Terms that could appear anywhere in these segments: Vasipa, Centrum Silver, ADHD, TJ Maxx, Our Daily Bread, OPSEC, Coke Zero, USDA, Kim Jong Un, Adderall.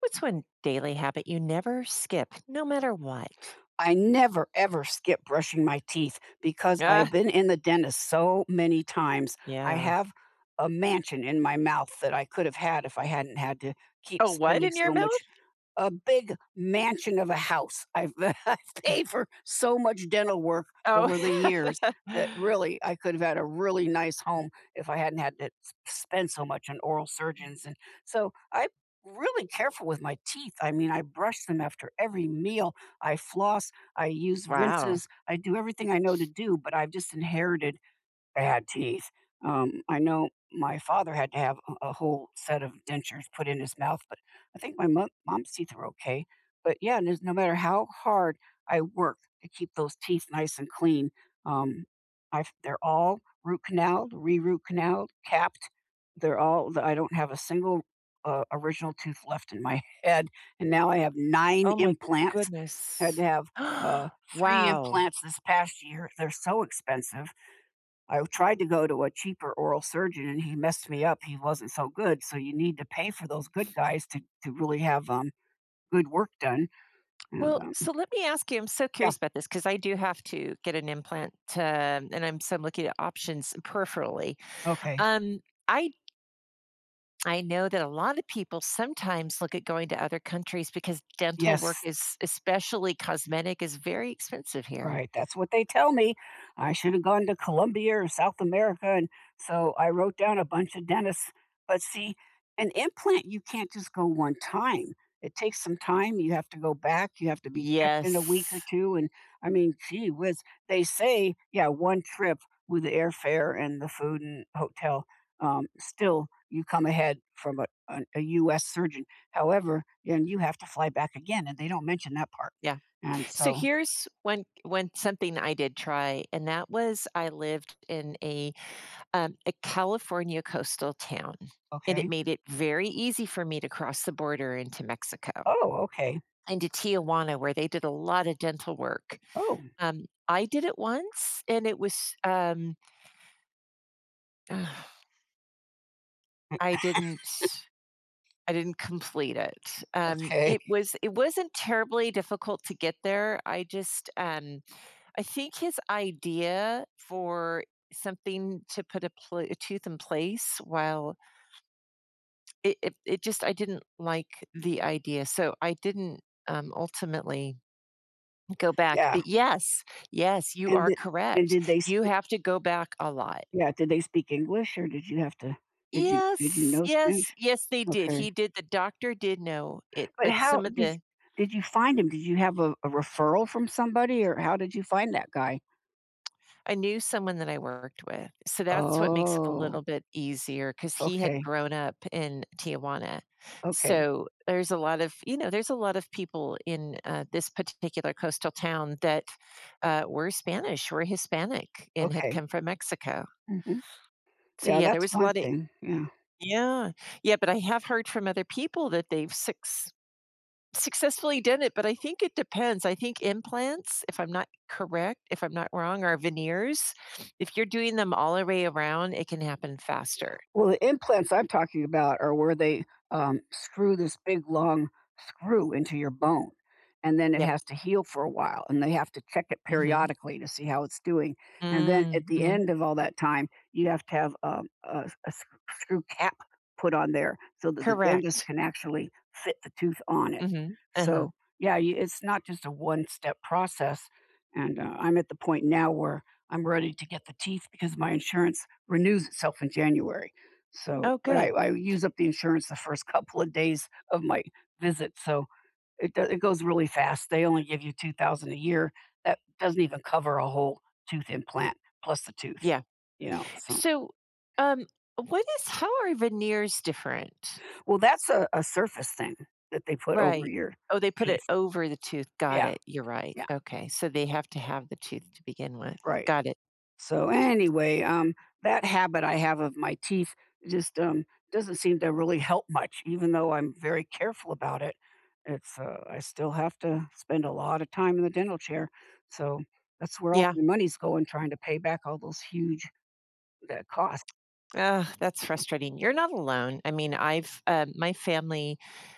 What's one daily habit you never skip, no matter what? I never, ever skip brushing my teeth because I Uh, have been in the dentist so many times. I Yeah. have a mansion in my mouth that I could have had if I hadn't had to keep Oh, what spending in your so much. mouth? A big mansion of a house. I've paid for so much dental work over the Oh, years that really I could have had a really nice home if I hadn't had to spend so much on oral surgeons. And so I'm really careful with my teeth. I mean, I brush them after every meal, I floss, I use wow. rinses, I do everything I know to do, but I've just inherited bad teeth. I know my father had to have a whole set of dentures put in his mouth, but I think my mom's teeth are okay. But yeah, no matter how hard I work to keep those teeth nice and clean, um, I they're all root canaled, re-root canaled, capped. They're all. I don't have a single original tooth left in my head, and now I have nine Oh my implants. Had to goodness. have uh, three Wow. implants this past year. They're so expensive. I tried to go to a cheaper oral surgeon and he messed me up. He wasn't so good. So you need to pay for those good guys to really have good work done. And Well, so let me ask you. I'm so yeah, curious about this because I do have to get an implant, and I'm looking at options peripherally. okay. Um, I I know that a lot of people sometimes look at going to other countries because dental Yes, work is, especially cosmetic, is very expensive here. right, that's what they tell me. I should have gone to Colombia or South America, and so I wrote down a bunch of dentists. But see, an implant, you can't just go one time. It takes some time. You have to go back. You have to be checked in a week or Yes. two. And I mean, gee whiz, they say, yeah, one trip with the airfare and the food and hotel, still you come ahead from U.S. surgeon. However, and you have to fly back again, and they don't mention that part. Yeah. And So so, here's when something I did try, and that was I lived in a California coastal town, and it okay. made it very easy for me to cross the border into Mexico, Oh, okay. into Tijuana, where they did a lot of dental work. Oh, I did it once, and it was I didn't. I didn't complete it. Okay. It was it wasn't terribly difficult to get there. I just I think his idea for something to put a, a tooth in place while it just I didn't like the idea, so I didn't ultimately go back. Yeah, But yes, yes, you and are did and did correct. they You speak have to go back a lot. yeah, did they speak English or did you have to did you Yes, know yes, Spanish? yes, they did. Okay. He did. The doctor did know it, But but how some of the did you find him? Did you have a referral from somebody or how did you find that guy? I knew someone that I worked with, so that's what makes it a Oh, little bit easier because he had okay. grown up in Tijuana. Okay. So, there's a lot of people in, this particular coastal town that, were Spanish, were Hispanic, and had Okay. come from Mexico. Mhm. So, Yeah, yeah, there that's was a one lot of thing. Yeah. yeah. Yeah, but I have heard from other people that they've successfully done it, but I think it depends. I think implants, if I'm not correct, if I'm not wrong, are veneers. If you're doing them all the way around, it can happen faster. Well, the implants I'm talking about are where they, screw this big, long screw into your bone, and then it Yep. has to heal for a while, and they have to check it Mhm. periodically to see how it's doing, and then at Mm, the mhm. end of all that time, you have to have, a screw cap put on there so that the dentist Correct. can actually fit the tooth on it. Mhm. Uh-huh. So, yeah, you it's not just a one-step process, and, I'm at the point now where I'm ready to get the teeth because my insurance renews itself in January. So, Oh, but good. I use up the insurance the first couple of days of my visit, so it goes really fast. They only give you 2,000 a year. That doesn't even cover a whole tooth implant plus the tooth, Yeah. you know, so So, um, what is how are veneers different? well, that's a surface thing that they put over Right. your Oh, they put teeth. it over the tooth. Got Yeah, it. You're right. yeah, Okay. So they have to have the tooth to begin with. right. Got it. So anyway, that habit I have of my teeth just doesn't seem to really help much, even though I'm very careful about it. It's I still have to spend a lot of time in the dental chair, so that's where all Yeah. my money's going, trying to pay back all those huge that costs. Ugh, that's frustrating. You're not alone. I mean, I've my family.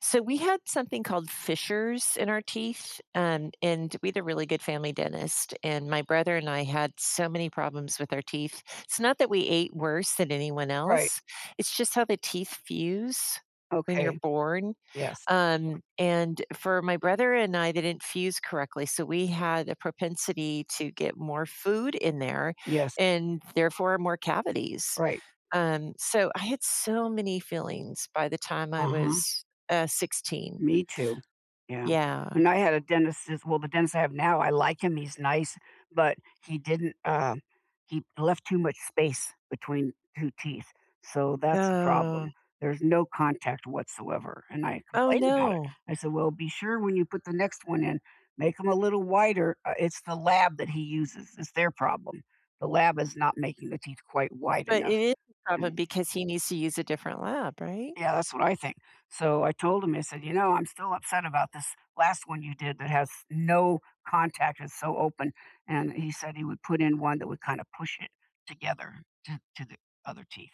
So we had something called fissures in our teeth, and we had a really good family dentist. And my brother and I had so many problems with our teeth. It's not that we ate worse than anyone Right? else. It's just how the teeth fuse when you're Okay. born. Yes. And for my brother and I, they didn't fuse correctly, so we had a propensity to get more food in there, Yes. and therefore more cavities Right. So I had so many feelings by the time I Uh huh. was, 16. Me too. Yeah. Yeah. And I had a dentist as well, the dentist I have now, I like him, he's nice, but he didn't, he left too much space between two teeth, so that's the Oh. problem. There's no contact whatsoever, and I Oh, complained about it. no. I said, "Well, be sure when you put the next one in, make them a little wider." It's the lab that he uses, it's their problem. The lab is not making the teeth quite wide But enough, it is a problem because he needs to use a different lab, right? yeah, that's what I think. So I told him, I said, you know, I'm still upset about this last one you did that has no contact, it's so open. And he said he would put in one that would kind of push it together to the other teeth.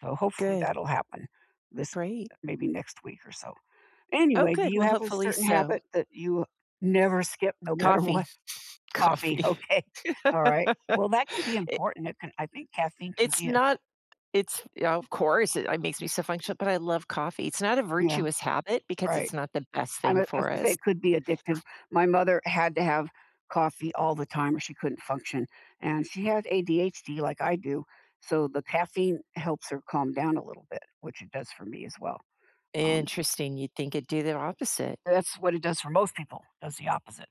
So hopefully Good. that'll happen this Great. maybe next week or so. Oh, Anyway, do good. you Well, have a hopefully certain so. habit that you never skip no matter Coffee. what? Coffee. Coffee. Okay. All right. Well, that can be It important. It can. I think caffeine can it's be a not it's yeah, of course, it makes me so functional, but I love coffee. It's not a yeah, virtuous habit because right. it's not the best thing I was for gonna say us. it could be addictive. My mother had to have coffee all the time or she couldn't function, and she has ADHD like I do, so the caffeine helps her calm down a little bit, which it does for me as well. Um, Interesting. You'd think it'd do the opposite. that's what it does for most people, does the opposite.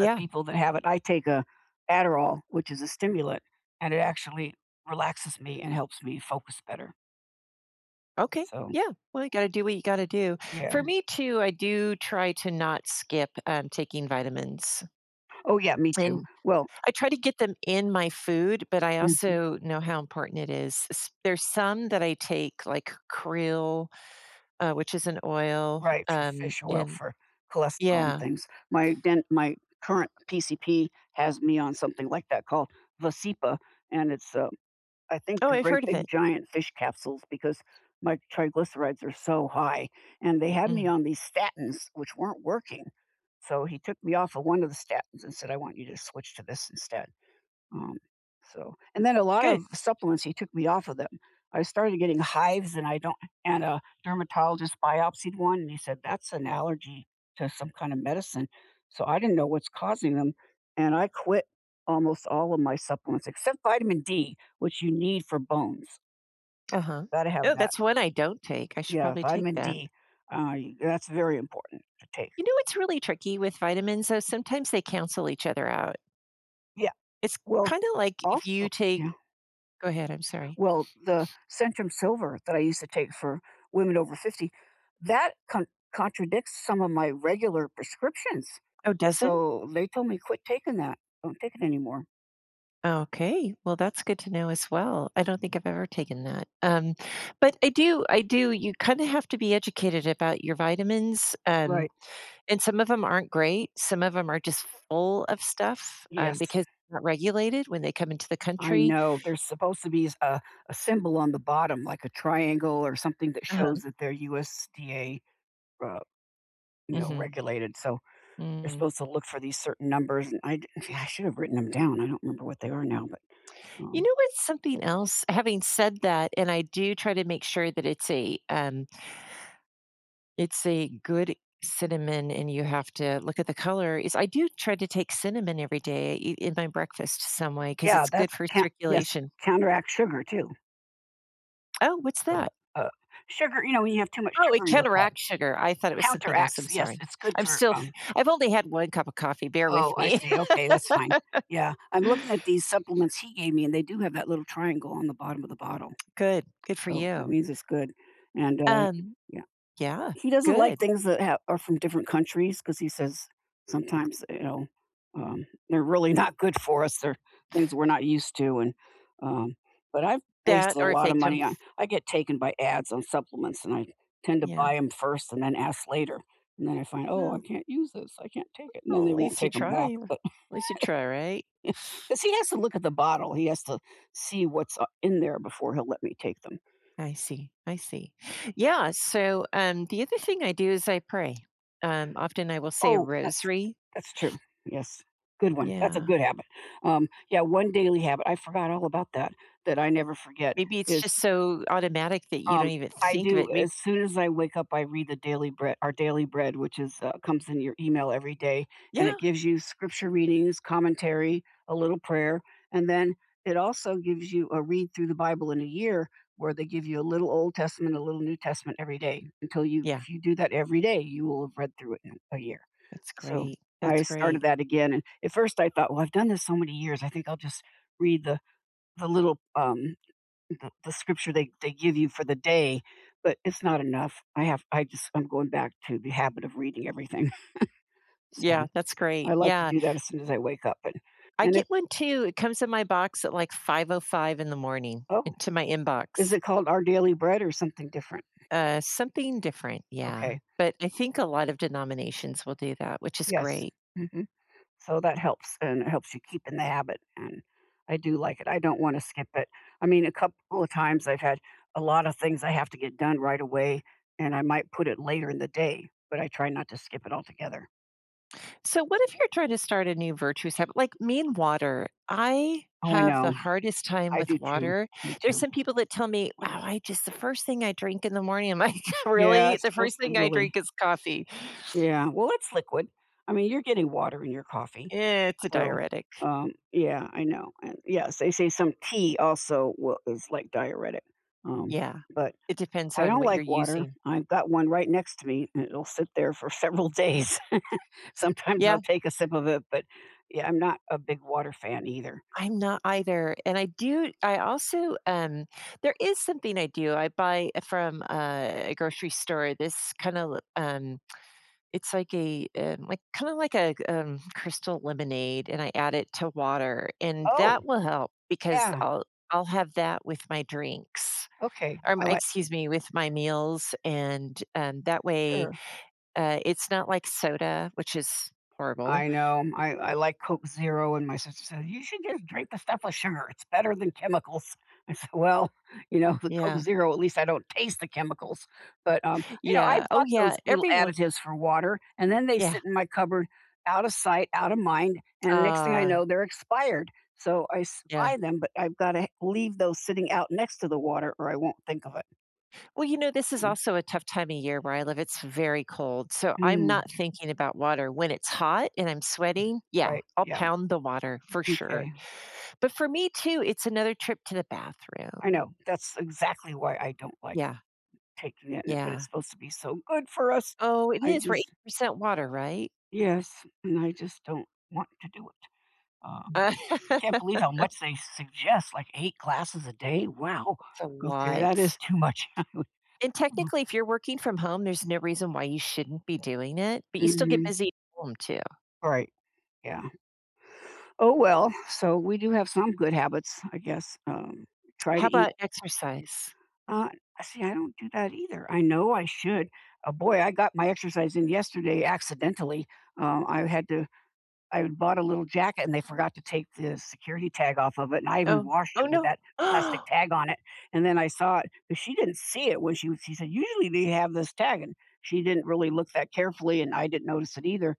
But people that have it I take a Adderall, which is a stimulant, and it actually relaxes me and helps me focus better. Okay. So, Yeah. Well, you got to do what you got to do. yeah. For me too, I do try to not skip taking vitamins, Oh, yeah, me too. and Well, I try to get them in my food. But I mm. also know how important it is. There's some that I take, like krill, which is an oil, Right, for fish oil, and for cholesterol and yeah. things. My current PCP has me on something like that called Vasipa, and it's, I think Oh, they're I've great heard of big it. giant fish capsules because my triglycerides are so high, and they had me Mm. on these statins, which weren't working. So he took me off of one of the statins and said, "I want you to switch to this instead." Um, so and then a lot Good. of supplements, he took me off of them. I started getting hives, and I don't and a dermatologist biopsied one, and he said, "That's an allergy to some kind of medicine." So I didn't know what's causing them, and I quit almost all of my supplements except vitamin D, which you need for bones. Uh huh. Gotta have Oh, that. that's one I don't take. I should Yeah, probably take vitamin that. D. That's very important to take. You know, it's really tricky with vitamins, though. Sometimes they cancel each other out. Yeah. It's Well, kind of like if you take yeah. go ahead, I'm sorry. Well, the Centrum Silver that I used to take for women over 50, that contradicts some of my regular prescriptions. Oh, does it? So they told me, "Quit taking that. Don't take it anymore." Okay, well, that's good to know as well. I don't think I've ever taken that. But I do you kinda have to be educated about your vitamins, Right. and some of them aren't great, some of them are just full of stuff, Yes. because they're not regulated when they come into the I country. know. There's supposed to be a symbol on the bottom, like a triangle or something that shows Uh-huh. that they're USDA, uh, you know, Mhm, regulated, so you're mm. supposed to look for these certain numbers, and I d I should have written them down. I don't remember what they are now, but, You um know what's something else? Having said that, and I do try to make sure that it's a, it's a good cinnamon, and you have to look at the color is I do try to take cinnamon every day I in my breakfast some way because yeah, it's that good for can yes, circulation. counteracts sugar too. Oh, what's So, that? uh, sugar you know, when you have too much Oh, it sugar in your blood, counteracts sugar. I thought it was something else, I'm counteracts, yes, sorry. it's good I'm for, still I've only had 1 cup of coffee, bear with oh, I me. see, okay, that's fine. Yeah, I'm looking at these supplements he gave me, and they do have that little triangle on the bottom of the bottle. Good, good for Oh, that you. means it's good, and, Um, yeah. yeah, He doesn't like good. things that ha are from different countries because he says sometimes, you know, they're really not good for us, they're things we're not used to, and, um but I've That wasted a or if lot they of come money on f I get taken by ads on supplements, and I tend to yeah, buy them first and then ask later, and then I find, "Oh, I well, can't use this, I can't take it," and then well, they at won't least you take them back, try. At but least you try, right? because he has to look at the bottle, he has to see what's, in there before he'll let me take them. I see. I see. Yeah. So the other thing I do is I pray. Often I will say a Oh, uh rosary. That's true. Yes. Good one. That's a Yeah. good habit. Yeah, one daily habit, I forgot all about that, that I never forget Maybe it's is just so automatic that you don't um, even I think of do. it. Maybe, As soon as I wake up, I read the Daily Bread, our Daily Bread, which is comes in your email every day, and it yeah. gives you scripture readings, commentary, a little prayer, and then it also gives you a read through the Bible in a year, where they give you a little Old Testament, a little New Testament every day. Until you, Yeah. if you do that every day, you will have read through it in a year. That's So great. I That's started great. that again, and at first I thought, well, I've done this so many years, I think I'll just read the little the scripture they give you for the day, but it's not enough. I just I'm going back to the habit of reading everything. So Yeah. That's I great. like to Yeah. do that as soon as I wake up. I And if get one too. It comes in my box at like 5:05 in the morning oh, into my is inbox. it called Our Daily Bread or something different? Something different. Yeah. Okay, But I think a lot of denominations will do that, which is yes. great. Hmm. So that helps and it helps you keep in the habit. And I do like it. I don't want to skip it. I mean, a couple of times I've had a lot of things I have to get done right away, and I might put it later in the day, but I try not to skip it altogether. So, what if you're trying to start a new virtuous habit? Like me and water, I Oh, I have the know. hardest time I do with too. water. Me There's too. some people that tell me, wow, the first thing I drink in the morning, I'm like, Yeah, really? it's The first mostly thing I really drink is coffee. yeah, well, it's liquid. I mean, you're getting water in your coffee, Eh, it's a so, diuretic. Yeah, I know, and yes, they say some tea also will is like diuretic, um, Yeah. but It depends I on don't what you're like water. using. I've got one right next to me, and it'll sit there for several days. Sometimes Yeah, I'll take a sip of it, but, yeah, I'm not a big water fan either. I'm not either. And I do, I also, there is something I do. I buy from a grocery store this kind of it's like a, like, kinda like a, crystal lemonade, and I add it to water, and Oh, that will help because yeah, I'll have that with my drinks, okay, I like excuse me, with my meals, and, that way, sure. It's not like soda, which is horrible. I know. I like Coke Zero, and my sister says, "You should just drink the stuff with sugar. It's better than chemicals." I said, "Well, the Coke Yeah. Zero, at least I don't taste the chemicals." But, I Yeah. Oh, bought yeah, those little everyone additives for water, and then they yeah. sit in my cupboard out of sight, out of mind. And next thing I know, Ah, they're expired. Yeah. Buy them, but I've got to leave those sitting out next to the water or I won't think of it. Well, you know, this is Mm, also a tough time of year where I live. It's very cold. So I'm mm, not thinking about water. When it's hot and I'm sweating, yeah, right. I'll Yeah. pound the water for sure. Okay. But for me too, it's another trip to the I bathroom. know. That's exactly why I don't like Yeah, taking it, but it's yeah. supposed to be so good for us. Oh, it I is. We're 80 just percent water, right? Yes, and I just don't want to do it. Um, I can't it's believe how much they suggest, like 8 glasses a day. Wow. a Okay, that is lot. too much. And technically, if you're working from home, there's no reason why you shouldn't be doing it, but you still get Mhm. busy at home too. Right. Yeah. Oh, well, so we do have some good habits, I guess. Try to How eat about exercise? uh, see, I don't do that either. I know I should. Boy, I got my exercise in yesterday accidentally. Um, I had to I had bought a little jacket and they forgot to take the security tag off of it, and I even Oh, washed oh it with no. that plastic tag on it, and then I saw it, but she didn't see it when she was she said, "Usually they have this tag," and she didn't really look that carefully, and I didn't notice it either.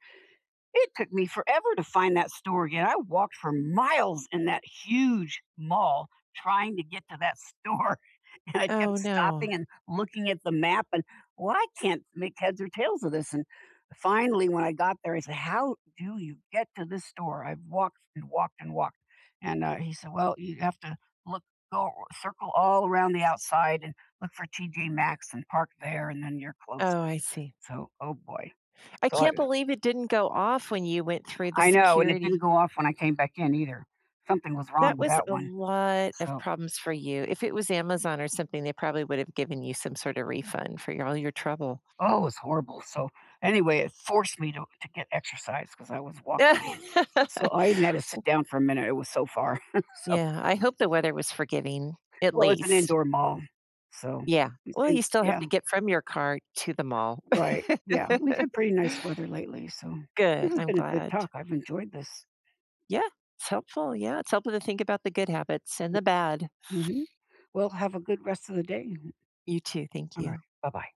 It took me forever to find that store again. I walked for miles in that huge mall trying to get to that store, and I kept Oh stopping no. and looking at the map and, "Well, I can't make heads or tails of this," and finally, when I got there, I said, "How do you get to this store? I've walked and walked and walked," and, he said, "Well, you have to look go circle all around the outside and look for TJ Maxx and park there, and then you're close." Oh, I see. So, oh boy. I So I can't believe it didn't go off when you went through the I know, and it didn't security. go off when I came back in either. Something was wrong That with was that a one. lot of So problems for you. If it was Amazon or something, they probably would have given you some sort of refund for your, all your trouble. oh, it was horrible. So, anyway, it forced me to get exercise because I was walking. Yeah, So I even had to sit down for a minute, it was so far. So I hope the weather was forgiving, at well, it's an least. indoor mall. So Yeah. it's Well, in you still have yeah, to get from your car to the mall. right, yeah. We've had pretty nice weather lately, so this Good. has I'm been a good glad. talk. I've enjoyed this. Yeah, it's helpful. Yeah, it's helpful to think about the good habits and the bad. Mhm. Well, have a good rest of the day. You too. Thank Alright, you. bye-bye.